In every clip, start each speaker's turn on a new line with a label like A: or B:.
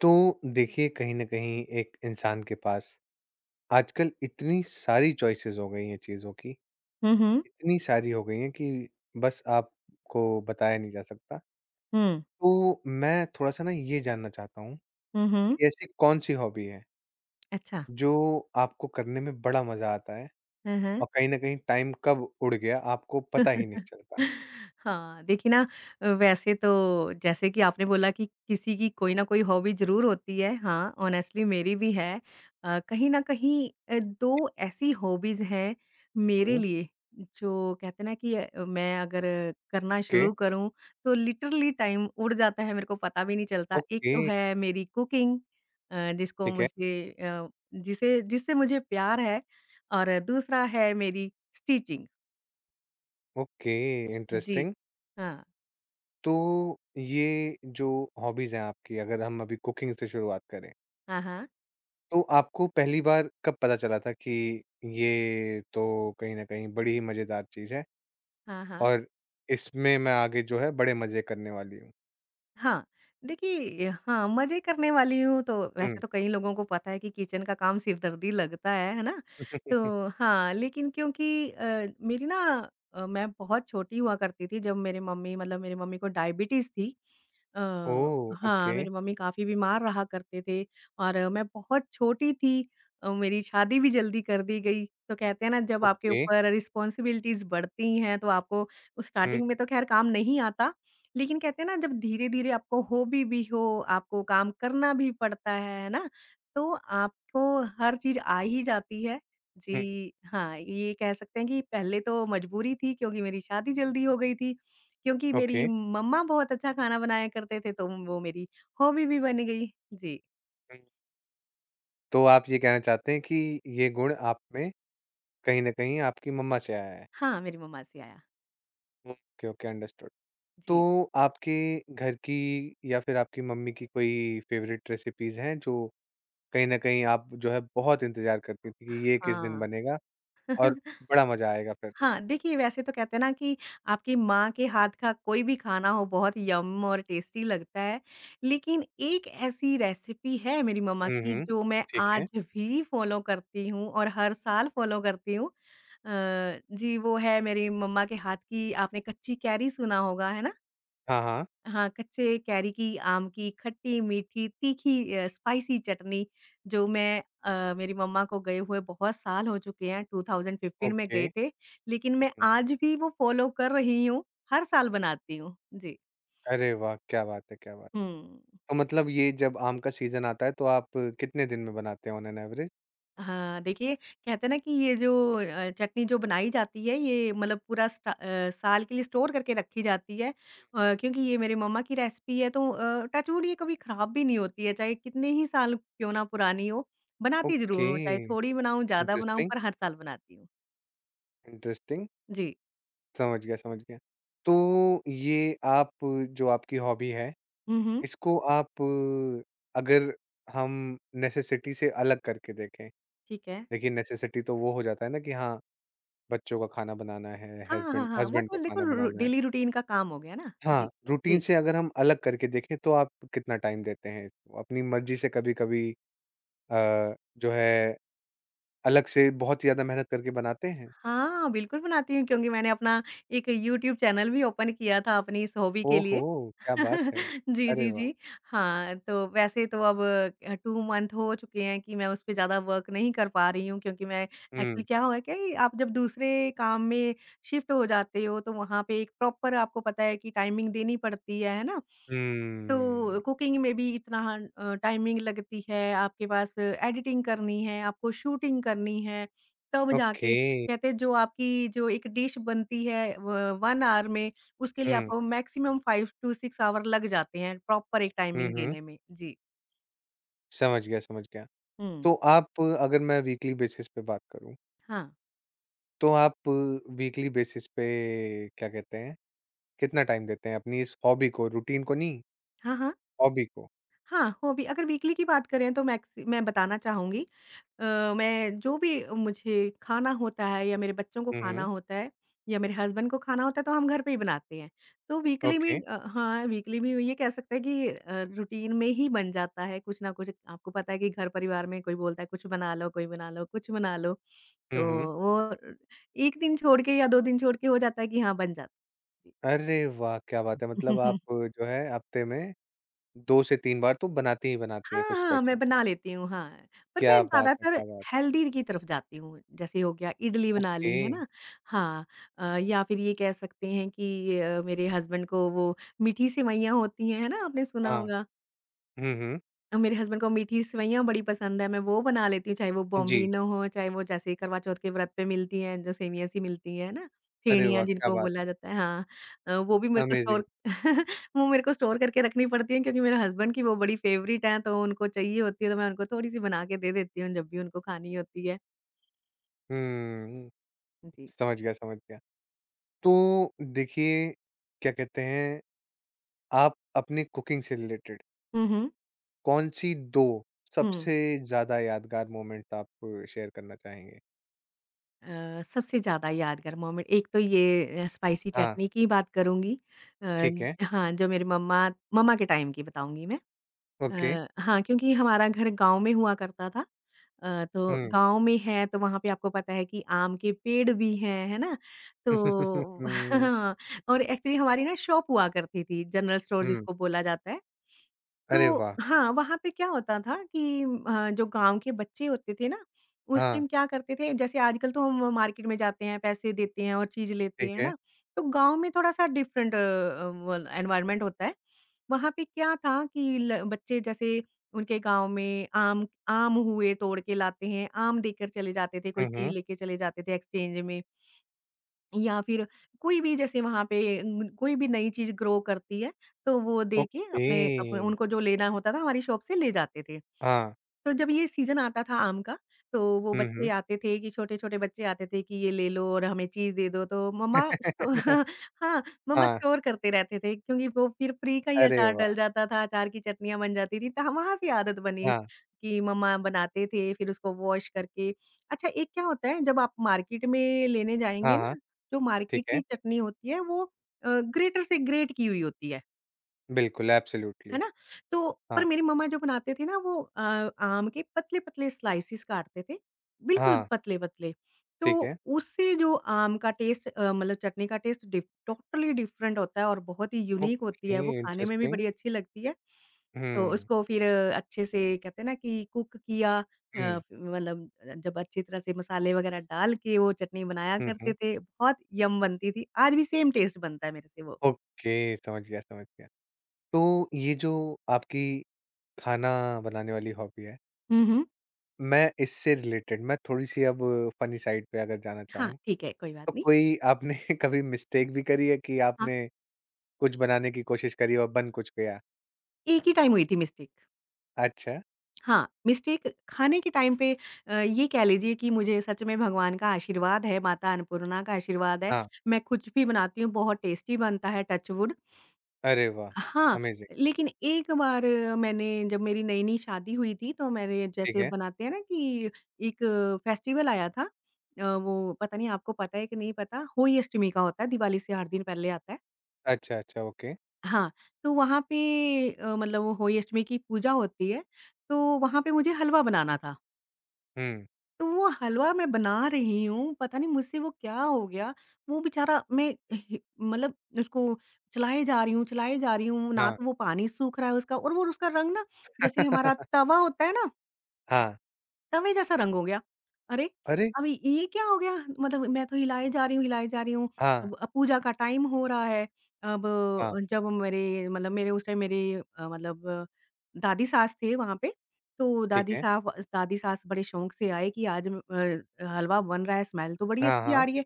A: तो देखिए कहीं न कहीं एक इंसान के पास आजकल इतनी सारी चॉइसेस हो गई हैं चीज़ों की,
B: हुँ, हुँ।
A: इतनी सारी हो गई हैं कि बस आपको बताया नहीं जा सकता।
B: हुँ।
A: तो मैं थोड़ा-सा ना ये जानना चाहता हूँ
B: हुँ, हुँ।
A: कि ऐसी कौन-सी हॉबी है
B: अच्छा।
A: जो आपको करने में बड़ा मज़ा आता है
B: हुँ, हुँ।
A: और कहीं न कहीं टाइम कब उड़ गया आपको पता ही नहीं चलता?
B: हाँ, देखिए ना वैसे तो जैसे कि आपने बोला कि किसी की कोई ना कोई हॉबी ज़रूर होती है। हाँ, ऑनेस्टली मेरी भी है। कहीं न कहीं 2 ऐसी हॉबीज़ हैं मेरे लिए जो कहते हैं ना कि मैं अगर करना
A: ओके,
B: शुरू करूँ तो लिटरली टाइम उड़ जाता है, मेरे को पता भी नहीं चलता। एक
A: ओके,
B: तो है मेरी कुकिंग अ, जिसको
A: ठीक है।
B: मुझे अ, जिसे जिससे मुझे प्यार है और दूसरा है मेरी स्टिचिंग।
A: ओके,
B: जी,
A: इंटरेस्टिंग।
B: हाँ।
A: तो ये जो हॉबीज़ हैं आपकी अगर हम अभी कुकिंग से शुरुआत करें
B: हाँ, हाँ।
A: तो आपको पहली बार कब पता चला था कि ये तो कहीं न कहीं बड़ी ही मज़ेदार चीज़ है
B: हाँ, हाँ।
A: और इसमें मैं आगे जो है बड़े मज़े करने वाली हूँ?
B: हाँ, देखिए हाँ, मज़े करने वाली हूँ तो
A: हुँ।
B: वैसे तो कई लोगों को पता है कि किचन का काम सिरदर्दी लगता है ना? तो हाँ, लेकिन क्योंकि मेरी ना मैं बहुत छोटी हुआ करती थी जब मेरे मम्मी मतलब मेरी मम्मी को डायबिटीज़ थी। अ,
A: ओह!
B: हाँ,
A: ओके,
B: मेरी मम्मी काफ़ी बीमार रहा करते थे और मैं बहुत छोटी थी मेरी शादी भी जल्दी कर दी गई। तो कहते हैं ना जब आपके
A: ओके।
B: ऊपर रिस्पॉन्सिबिलिटीज़ बढ़ती हैं तो आपको
A: हुँ,
B: स्टार्टिंग में तो ख़ैर काम नहीं आता। लेकिन कहते हैं ना जब धीरे-धीरे आपको हॉबी भी हो, आपको काम करना भी पड़ता है ना? तो आपको हर चीज़ आ ही जाती है।
A: हुँ।
B: जी, हाँ, ये कह सकते हैं कि पहले तो मजबूरी थी क्योंकि मेरी शादी जल्दी हो गई थी, क्योंकि
A: ओके।
B: मेरी मम्मा बहुत अच्छा खाना बनाया करते थे तो वो मेरी हॉबी भी बन गई। जी।
A: हुँ। तो आप ये कहना चाहते हैं कि ये गुण आप में कहीं न कहीं आपकी मम्मा से आया है?
B: हाँ, मेरी मम्मा से आया।
A: Okay, okay understood. तो
B: जी।
A: आपके घर की या फिर आपकी मम्मी की कोई फ़ेवरेट रेसिपीज़ हैं जो कहीं न कहीं आप जो है बहुत इंतज़ार करती थी कि ये किस दिन
B: हाँ।
A: बनेगा? और बड़ा मज़ा आएगा फिर।
B: हाँ, देखिए वैसे तो कहते हैं ना कि आपकी माँ के हाथ का कोई भी खाना हो बहुत यम और टेस्टी लगता है। लेकिन एक ऐसी रेसिपी है मेरी मम्मा
A: हुँ,
B: की
A: हुँ।
B: जो मैं
A: ठीक है।
B: आज भी फॉलो करती हूँ और हर साल फॉलो करती हूँ। अ, जी वो है मेरी मम्मा के हाथ की आपने कच्ची कैरी सुना होगा, है ना?
A: हाँ, हाँ।
B: हाँ, कच्चे कैरी की, आम की, खट्टी, मीठी, तीखी स्पाइसी चटनी जो मैं मेरी मम्मा को गए हुए बहुत साल हो चुके हैं, 2015 में
A: ओके।
B: गए थे, लेकिन मैं
A: हुँ।
B: आज भी वो फ़ॉलो कर रही हूँ, हर साल बनाती हूँ। जी,
A: अरे वाह! क्या बात है, क्या बात है।
B: हुँ।
A: तो मतलब ये जब आम का सीज़न आता है तो आप कितने दिन में बनाते हो ऑन एन एवरेज?
B: हाँ, देखिए कहते हैं ना कि ये जो चटनी जो बनाई जाती है ये मतलब पूरा साल के लिए स्टोर करके रखी जाती है। क्योंकि ये मेरी मम्मा की रेसिपी है तो टच वुड ये कभी खराब भी नहीं होती है चाहे कितने ही साल क्यों ना पुरानी हो, बनाती ज़रूर
A: ओके।
B: हूँ चाहे थोड़ी बनाऊँ, ज़्यादा बनाऊँ
A: इंटरेस्टिंग,
B: पर हर साल बनाती हूँ।
A: इंटरेस्टिंग।
B: जी।
A: समझ गया, समझ गया। तो ये आप जो आपकी हॉबी है,
B: हुँ, हुँ।
A: इसको आप अगर हम नेसेसिटी से अलग करके देखें,
B: ठीक है।
A: देखिए नेसेसिटी तो वो हो जाता है ना कि हाँ, बच्चों का खाना बनाना है,
B: हाँ, हाँ,
A: हस्बैंड
B: हाँ, वो
A: हस्बैंड का
B: तो देखो
A: खाना
B: रु
A: बनाना है।
B: डेली रूटीन का काम हो गया ना। जी,
A: हाँ,
B: जी।
A: रूटीन से अगर हम अलग करके देखें तो आप कितना टाइम देते हैं इसको? अपनी मर्ज़ी से कभी-कभी जो है अलग से बहुत ज़्यादा मेहनत करके बनाते हैं?
B: हाँ, बिल्कुल बनाती हूँ क्योंकि मैंने अपना एक यूट्यूब चैनल भी ओपन किया था अपनी इस हॉबी के लिए।
A: ओहो! क्या बात है।
B: जी,
A: अरे
B: जी,
A: वाह!
B: जी। हाँ, तो वैसे तो अब 2 मंथ हो चुके हैं कि मैं उस पे ज़्यादा वर्क नहीं कर पा रही हूँ क्योंकि मैं एक्चुअली
A: हुँ,
B: क्या हुआ कि आप जब दूसरे काम में शिफ्ट हो जाते हो तो वहाँ पे एक प्रॉपर आपको पता है कि टाइमिंग देनी पड़ती है ना? तो
A: हुँ।
B: कुकिंग में भी इतना टाइमिंग लगती है, आपके पास एडिटिंग करनी है, आपको शूटिंग करनी है, तब
A: ओके।
B: जाके कहते हैं जो आपकी जो एक डिश बनती है व 1 आवर में, उसके लिए
A: हुँ,
B: आपको मैक्सिमम 5 टू 6 आवर लग जाते हैं, प्रॉपर एक
A: हुँ,
B: टाइमिंग
A: हुँ।
B: देने में। जी।
A: समझ गया, समझ गया।
B: हुँ।
A: तो आप अगर मैं वीकली बेसिस पे बात करूँ,
B: हाँ।
A: तो आप वीकली बेसिस पे क्या कहते हैं, कितना टाइम देते हैं अपनी इस हॉबी को, रूटीन को नहीं,
B: हाँ, हाँ।
A: हॉबी को?
B: हाँ, हॉबी अगर वीकली की बात करें तो मैक्सि मैं बताना चाहूँगी अ, मैं जो भी मुझे खाना होता है या मेरे बच्चों को
A: हुँ,
B: खाना
A: हुँ।
B: होता है या मेरे हस्बैंड को खाना होता है तो हम घर पे ही बनाते हैं। तो वीकली
A: ओके।
B: में हाँ, वीकली में ये कह सकते हैं कि रूटीन में ही बन जाता है कुछ ना कुछ। आपको पता है कि घर परिवार में कोई बोलता है कुछ बना लो, कोई बना लो, कुछ बना लो।
A: हुँ,
B: तो
A: हुँ।
B: वो 1 दिन छोड़ के या 2 दिन छोड़ के हो जाता है कि हाँ बन जाता है।
A: अरे वाह! क्या बात है! मतलब आप
B: जी।
A: जो है हफ्ते में 2 से 3 बार तो बनाती ही बनाती
B: हाँ,
A: हैं कुछ
B: हाँ, मैं
A: स्पेशल।
B: बना लेती हूँ, हाँ। पर मैं
A: क्या बात है,
B: ज़्यादातर
A: क्या बात है!
B: हेल्दी की तरफ जाती हूँ, जैसे हो गया इडली बना
A: ओके,
B: ली, है ना? हाँ या फिर ये कह सकते हैं कि मेरे हस्बैंड को वो मीठी सेवइयाँ होती हैं, है ना? आपने सुना
A: हाँ।
B: होगा।
A: हुँ, हुँ।
B: मेरे हस्बैंड को मीठी सेवइयाँ बड़ी पसंद है, मैं वो बना लेती हूँ, चाहे वो
A: जी।
B: बॉम्बिनो हो, चाहे वो जैसे करवा चौथ के व्रत पे मिलती हैं, जो सेवइयाँ सी मिलती हैं, है ना?
A: अरे
B: फेणियाँ
A: वाह! क्या
B: जिनको
A: बात
B: बोला
A: है!
B: जाता है हाँ। वो भी मेरे को स्टोर
A: अमेज़िंग।
B: वो मेरे को स्टोर करके रखनी पड़ती हैं क्योंकि मेरे हस्बैंड की वो बड़ी फ़ेवरेट हैं, तो उनको चाहिए होती है, तो मैं उनको थोड़ी-सी बना के दे देती हूँ, जब भी उनको खानी होती है।
A: हुँ,
B: जी।
A: समझ गया, समझ गया। तो देखिए, क्या कहते हैं, आप अपनी कुकिंग से रिलेटेड
B: हुँ, हुँ।
A: कौन-सी 2
B: हुँ।
A: सबसे ज़्यादा यादगार मोमेंट्स आप शेयर करना चाहेंगे?
B: सबसे ज़्यादा यादगार मोमेंट एक तो ये स्पाइसी
A: हाँ,
B: चटनी की बात करूँगी। अ,
A: ठीक है।
B: हाँ, जो मेरी मम्मा मम्मा के टाइम की बताऊँगी मैं।
A: ओके।
B: हाँ, क्योंकि हमारा घर गाँव में हुआ करता था। तो
A: हुँ।
B: गाँव में है तो वहाँ पे आपको पता है कि आम के पेड़ भी हैं, है ना?
A: हुँ, हुँ,
B: तो
A: हुँ।
B: हाँ, और एक्चुअली हमारी ना शॉप हुआ करती थी जनरल स्टोर
A: हुँ।
B: जिसको बोला जाता है।
A: अरे
B: तो
A: वाह!
B: हाँ, वहाँ पे क्या होता था कि जो गाँव के बच्चे होते थे ना, उस
A: हाँ,
B: टाइम क्या करते थे जैसे आजकल तो हम मार्केट में जाते हैं, पैसे देते हैं और चीज़ लेते हैं,
A: ठीक
B: है
A: है।
B: ना? तो गाँव में थोड़ा-सा डिफरेंट अ अ, वल एनवायरनमेंट होता है। वहाँ पे क्या था कि ल बच्चे जैसे उनके गाँव में आम आम हुए तोड़ के लाते हैं, आम देकर चले जाते थे, कोई
A: हुँ,
B: चीज़
A: हुँ।
B: लेके चले जाते थे एक्सचेंज में। या फिर कोई भी जैसे वहाँ पे कोई भी नई चीज़ ग्रो करती है, तो वो देके
A: ओके।
B: अपने अप उनको जो लेना होता था हमारी शॉप से ले जाते थे।
A: हाँ।
B: तो जब ये सीज़न आता था आम का, तो वो
A: हुँ,
B: बच्चे
A: हुँ।
B: आते थे कि छोटे-छोटे बच्चे आते थे कि ये ले लो और हमें चीज़ दे दो, तो मम्मा स्टो हाँ, मम्मा
A: हाँ।
B: स्टोर करते रहते थे क्योंकि वो फिर फ्री का ही
A: अरे
B: अचार डल
A: वाह!
B: जाता था, अचार की चटनियाँ बन जाती थी, तो ह वहाँ से आदत बनी
A: हाँ।
B: कि मम्मा बनाते थे, फिर उसको वॉश करके अच्छा एक क्या होता है जब आप मार्केट में लेने जाएँगे
A: हाँ, हाँ।
B: ना, जो
A: ठीक
B: मार्केट
A: है।
B: की चटनी होती है वो ग्रेटर से ग्रेट की हुई होती है।
A: बिल्कुल,
B: है
A: एब्सोल्युटली।
B: ना? तो
A: हाँ।
B: पर मेरी मम्मा जो बनाते थे ना वो आम के पतले-पतले स्लाइसेस काटते थे, बिल्कुल
A: हाँ,
B: पतले-पतले। तो
A: ठीक है।
B: उससे जो आम का टेस्ट मतलब चटनी का टेस्ट डिफ टोटली डिफरेंट होता है और बहुत ही यूनिक होती
A: ओके,
B: है, वो खाने में भी
A: इंटरेस्टिंग।
B: बड़ी अच्छी लगती है। तो
A: हुँ।
B: उसको फिर अच्छे से कहते हैं ना कि कुक किया
A: हुँ।
B: मतलब जब अच्छी तरह से मसाले वगैरह डाल के वो चटनी बनाया
A: हुँ,
B: करते
A: हुँ।
B: थे, बहुत यम बनती थी। आज भी सेम टेस्ट बनता है मेरे से वो।
A: ओके, समझ गया, समझ गया। तो ये जो आपकी खाना बनाने वाली हॉबी है,
B: हुँ, हुँ।
A: मैं इससे रिलेटेड मैं थोड़ी-सी अब फनी साइड पे अगर जाना
B: हाँ,
A: चाहूँ,
B: ठीक है, कोई बात
A: तो
B: नहीं।
A: कोई आपने कभी मिस्टेक भी करी है कि
B: हाँ।
A: आपने कुछ बनाने की कोशिश करी और बन कुछ गया?
B: एक ही टाइम हुई थी मिस्टेक।
A: अच्छा।
B: हाँ, मिस्टेक खाने के टाइम पे ये कह लीजिए कि मुझे सच में भगवान का आशीर्वाद है, माता अन्नपूर्णा का आशीर्वाद है।
A: हाँ।
B: मैं कुछ भी बनाती हूँ, बहुत टेस्टी बनता है टच वुड।
A: अरे वाह!
B: हाँ,
A: अमेज़िंग
B: लेकिन एक बार मैंने जब मेरी नई-नई शादी हुई थी, तो मैंने
A: ठीक
B: जैसे
A: है।
B: बनाते हैं ना कि एक फेस्टिवल आया था। वो पता नहीं आपको पता है कि नहीं पता, होली अष्टमी का होता है, दिवाली से 8 दिन पहले आता है।
A: अच्छा, अच्छा, ओके।
B: हाँ, तो वहाँ पे मतलब वो होई अष्टमी की पूजा होती है, तो वहाँ पे मुझे हलवा बनाना था।
A: हुँ,
B: तो वो हलवा मैं बना रही हूँ, पता नहीं मुझसे वो क्या हो गया, वो बेचारा मैं हि मतलब उसको चलाए जा रही हूँ, चलाए जा रही हूँ, ना
A: हाँ।
B: तो वो पानी सूख रहा है उसका और वो उसका रंग ना जैसे हमारा तवा होता है ना
A: हाँ,
B: तवे जैसा रंग हो गया। अरे!
A: अरे!
B: अभी ये क्या हो गया? मतलब मैं तो हिलाए जा रही हूँ, हिलाए जा रही हूँ।
A: हाँ,
B: अब पूजा का टाइम हो रहा है। अब
A: हाँ,
B: जब मेरे मतलब मेरे उस टाइम मेरे मतलब दादी सास थे वहाँ पे। तो
A: ठीक है।
B: दादी सास बड़े शौक से आए कि आज हलवा बन रहा है, स्मेल तो बड़ी
A: हाँ,
B: अच्छी आ
A: हाँ,
B: रही है।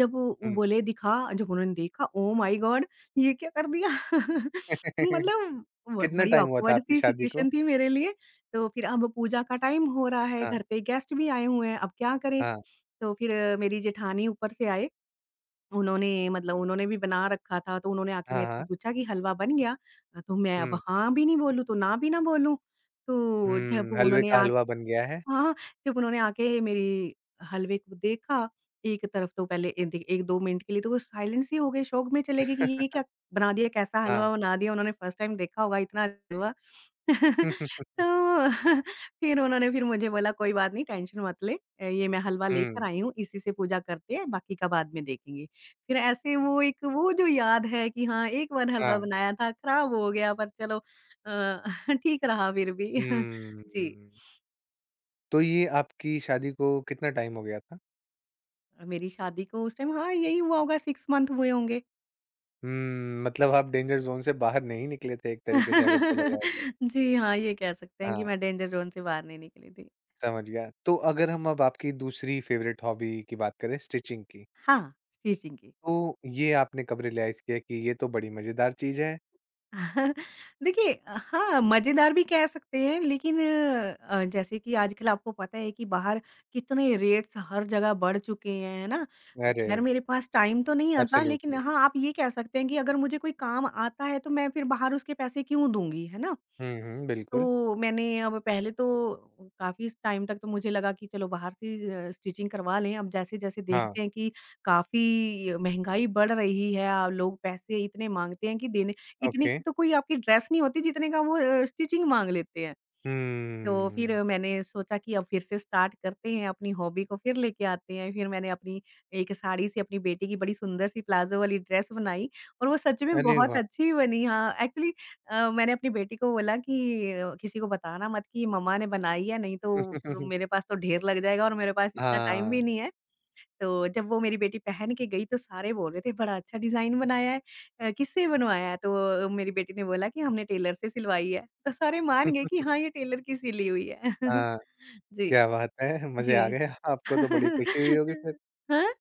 B: जब वो
A: हुँ।
B: बोले दिखा जब उन्होंने देखा, ओह माय गॉड! ये क्या कर दिया? मतलब ब
A: कितना
B: बड़ी
A: टाइम हुआ था
B: ऑकवर्ड
A: आपकी
B: सी
A: शादी को?
B: सिचुएशन थी मेरे लिए। तो फिर अब पूजा का टाइम हो रहा है,
A: हाँ,
B: घर पे गेस्ट भी आए हुए हैं, अब क्या करें?
A: हाँ,
B: तो फिर मेरी जेठानी ऊपर से आए, उन्होंने भी बना रखा था, तो उन्होंने आके
A: हाँ,
B: मेरे से
A: हाँ,
B: पूछा कि हलवा बन गया? तो मैं अब
A: हुँ,
B: हाँ भी नहीं बोलूँ, तो ना भी ना बोलूँ। तो जब
A: हुँ, हलवे
B: उन्होंने
A: का
B: आ
A: हलवा बन गया है।
B: हाँ, जब उन्होंने आके मेरी हलवे को देखा, एक तरफ तो पहले ए दे 1-2 मिनट के लिए तो वो साइलेंस ही हो गए, शॉक में चले गए कि ये क्या बना दिया? कैसा
A: हाँ,
B: हलवा बना दिया? उन्होंने फर्स्ट टाइम देखा होगा इतना हलवा। तो फिर उन्होंने फिर मुझे बोला कोई बात नहीं, टेंशन मत ले। ये मैं हलवा लेकर
A: हुँ,
B: आई हूँ, इसी से पूजा करते हैं, बाकी का बाद में देखेंगे। फिर ऐसे वो एक वो जो याद है कि हाँ, एक बार हलवा
A: हाँ,
B: बनाया था खराब हो गया, पर चलो ठीक रहा फिर भी।
A: हुँ।
B: जी।
A: तो ये आपकी शादी को कितना टाइम हो गया था?
B: और मेरी शादी को उस टाइम हाँ, यही हुआ होगा 6 मंथ हुए होंगे।
A: हुँ, मतलब आप डेंजर ज़ोन से बाहर नहीं निकले थे एक तरीके से अगर बोला जाए तो।
B: जी हाँ, ये कह सकते हैं कि
A: हाँ।
B: मैं डेंजर ज़ोन से बाहर नहीं निकली थी।
A: समझ गया। तो अगर हम अब आपकी दूसरी फ़ेवरेट हॉबी की बात करें स्टिचिंग की,
B: हाँ, स्टिचिंग की।
A: तो ये आपने कब रियलाइज़ किया कि ये तो बड़ी मज़ेदार चीज़ है?
B: देखिए हाँ, मज़ेदार भी कह सकते हैं, लेकिन जैसे कि आजकल आपको पता है कि बाहर कितने रेट्स हर जगह बढ़ चुके हैं, है ना?
A: अरे!
B: ख़ैर मेरे पास टाइम तो नहीं आता, लेकिन
A: एब्सोल्यूटली।
B: हाँ, आप ये कह सकते हैं कि अगर मुझे कोई काम आता है तो मैं फिर बाहर उसके पैसे क्यों दूँगी, है ना?
A: हुँ, हुँ, बिल्कुल।
B: तो मैंने अब पहले तो काफ़ी स टाइम तक तो मुझे लगा कि चलो बाहर से स्टिचिंग करवा लें। अब जैसे-जैसे
A: हाँ,
B: देखते हैं कि काफ़ी महँगाई बढ़ रही है, लोग पैसे इतने माँगते हैं कि देने, इतने
A: ओके।
B: की तो कोई आपकी ड्रेस नहीं होती जितने का वो स्टिचिंग माँग लेते हैं। तो फिर
A: हम्म,
B: मैंने सोचा कि अब फिर से स्टार्ट करते हैं, अपनी हॉबी को फिर लेके आते हैं। फिर मैंने अपनी एक साड़ी से अपनी बेटी की बड़ी सुंदर-सी प्लाज़ो वाली ड्रेस बनाई और वो सच में
A: अरे
B: बहुत
A: वाह!
B: अच्छी बनी, हाँ, एक्चुअली। मैंने अपनी बेटी को बोला कि किसी को बताना मत कि मम्मा ने बनाई है, नहीं तो र मेरे पास तो ढेर लग जाएगा और मेरे पास इतना टाइम भी
A: हाँ,
B: नहीं है। तो जब वो मेरी बेटी पहन के गई तो सारे बोल रहे थे, "बड़ा अच्छा डिज़ाइन बनाया है।" किससे बनवाया है? तो मेरी बेटी ने बोला कि हमने टेलर से सिलवाई है। तो सारे मान गए कि हाँ, ये टेलर की सिली हुई है।
A: हाँ,
B: जी,
A: क्या बात है! मज़े आ
B: जी।
A: गए। आपको तो बड़ी खुशी हुई होगी फिर
B: हाँ?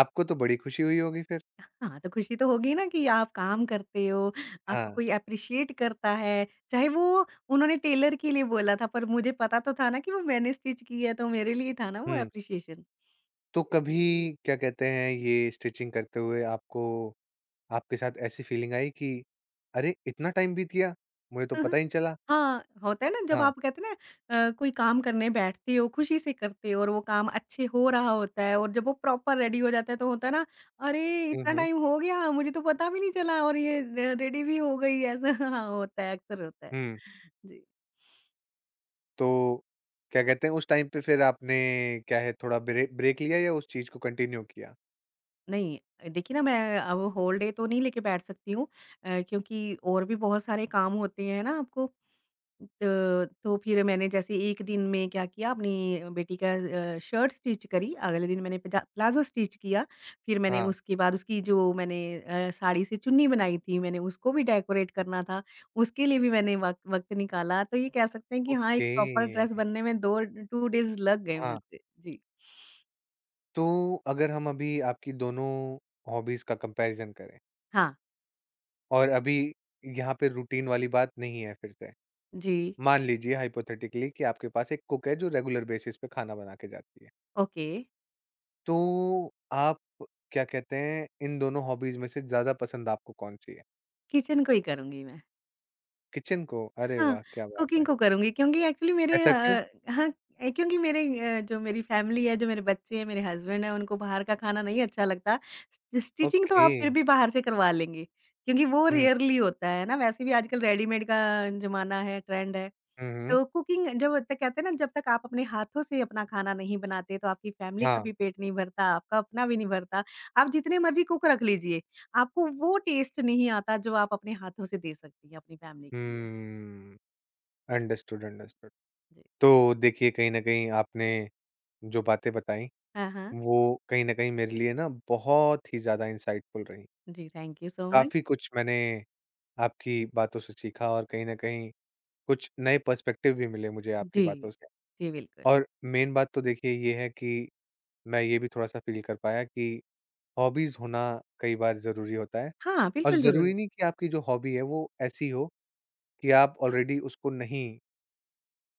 A: आपको तो बड़ी खुशी हुई होगी फिर।
B: हाँ, तो खुशी तो होगी ना कि आप काम करते हो, आपको
A: हाँ,
B: कोई एप्रिशिएट करता है, चाहे वो उन्होंने टेलर के लिए बोला था पर मुझे पता तो था ना कि वो मैंने स्टिच की है, तो मेरे लिए था ना वो
A: हुँ।
B: एप्रिशिएशन।
A: तो कभी क्या कहते हैं ये स्टिचिंग करते हुए आपको आपके साथ ऐसी फीलिंग आई कि अरे! इतना टाइम बीत गया, मुझे तो पता ही नहीं चला।
B: हाँ, होता है ना। जब
A: हाँ।
B: आप कहते हैं ना कोई काम करने बैठते हो, खुशी से करते हो और वो काम अच्छे हो रहा होता है और जब वो प्रॉपर रेडी हो जाता है तो होता है ना, अरे!
A: हुँ,
B: इतना
A: हुँ।
B: टाइम हो गया, मुझे तो पता भी नहीं चला और ये र रेडी भी हो गई, ऐसा। हाँ, होता है, अक्सर होता है।
A: हुँ,
B: जी,
A: तो क्या कहते हैं उस टाइम पे फिर आपने क्या है थोड़ा ब्रेक लिया या उस चीज़ को कंटिन्यू किया?
B: नहीं, देखिए ना मैं अब होल डे तो नहीं लेके बैठ सकती हूँ, क्योंकि और भी बहुत सारे काम होते हैं ना आपको। तो फिर मैंने जैसे एक दिन में क्या किया, अपनी बेटी का शर्ट स्टिच करी, अगले दिन मैंने पजा प्लाज़ो स्टिच किया, फिर मैंने
A: हाँ,
B: उसके बाद उसकी जो मैंने साड़ी से चुन्नी बनाई थी, मैंने उसको भी डेकोरेट करना था, उसके लिए भी मैंने वक़्त वक़्त निकाला। तो ये कह सकते हैं कि हाँ, एक
A: ओके।
B: प्रॉपर ड्रेस बनने में 2 2 डेज़ लग गए
A: हाँ,
B: मुझसे। जी।
A: तो अगर हम अभी आपकी दोनों हॉबीज़ का कंपैरिज़न करें
B: हाँ,
A: और अभी यहाँ पे रूटीन वाली बात नहीं है फिर से।
B: जी,
A: मान लीजिए हाइपोथेटिकली कि आपके पास एक कुक है जो रेगुलर बेसिस पे खाना बना के जाती है।
B: ओके,
A: तो आप क्या कहते हैं इन दोनों हॉबीज में से ज्यादा पसंद आपको कौन-सी है?
B: किचन को ही करूँगी मैं।
A: किचन को? अरे
B: हाँ,
A: वाह! क्या बात
B: कुकिंग
A: है।
B: को करूँगी क्योंकि एक्चुअली मेरे,
A: ऐसा क्यों?
B: हाँ, क्योंकि मेरे जो मेरी फैमिली है, जो मेरे बच्चे हैं, मेरे हस्बैंड हैं, उनको बाहर का खाना नहीं अच्छा लगता। स स्टिचिंग तो
A: ओके।
B: आप फिर भी बाहर से करवा लेंगे, क्योंकि वो
A: हुँ,
B: रेयरली होता है ना, वैसे भी आजकल रेडीमेड का ज़माना है, ट्रेंड है।
A: हुँ, हुँ।
B: तो कुकिंग जब तक कहते हैं ना, जब तक आप अपने हाथों से अपना खाना नहीं बनाते, तो आपकी फैमिली का
A: हाँ।
B: भी पेट नहीं भरता, आपका अपना भी नहीं भरता। आप जितने मर्ज़ी कुक रख लीजिए, आपको वो टेस्ट नहीं आता, जो आप अपने हाथों से दे सकती हैं अपनी फैमिली के लिए।
A: Hmm, understood, understood.
B: जी।
A: तो देखिए कहीं न कहीं आपने जो बातें बताई
B: हाँ, हाँ।
A: वो कहीं न कहीं मेरे लिए ना बहुत ही ज़्यादा इंसाइटफुल रहीं।
B: जी, थैंक यू सो मच।
A: काफ़ी कुछ मैंने आपकी बातों से सीखा और कहीं न कहीं कुछ नए पर्सपेक्टिव भी मिले मुझे आपकी
B: जी।
A: बातों से।
B: जी, बिल्कुल।
A: और मेन बात तो देखिए ये है कि मैं ये भी थोड़ा-सा फ़ील कर पाया कि हॉबीज़ होना कई बार ज़रूरी होता है
B: हाँ,
A: और
B: बिल्कुल ज़रूर है।
A: ज़रूरी नहीं कि आपकी जो हॉबी है वो ऐसी हो कि आप ऑलरेडी उसको नहीं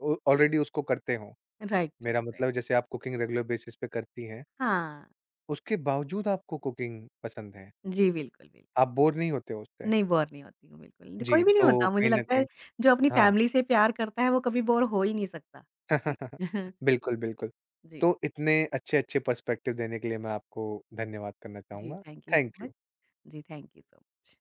A: ऑ ऑलरेडी उसको करते हो।
B: राइट, राइट,
A: मेरा
B: राइट।
A: मतलब जैसे आप कुकिंग रेगुलर बेसिस पे करती हैं,
B: हाँ।
A: उसके बावजूद आपको कुकिंग पसंद है,
B: जी, बिल्कुल,
A: आप
B: बिल्कुल।
A: बोर नहीं होते हो उससे।
B: नहीं, बोर नहीं होती हूँ बिल्कुल। कोई
A: जी,
B: भी नहीं
A: तो
B: होता मुझे
A: कहीं न
B: लगता है,
A: कहीं
B: जो अपनी
A: हाँ।
B: फैमिली से प्यार करता है वो कभी बोर हो ही नहीं सकता। जी।
A: बिल्कुल, बिल्कुल।
B: जी,
A: तो इतने अच्छे-अच्छे पर्सपेक्टिव देने के लिए मैं आपको धन्यवाद करना
B: जी,
A: चाहूँगा।
B: Thank you so
A: thank
B: much.
A: You.
B: जी, थैंक यू सो मच।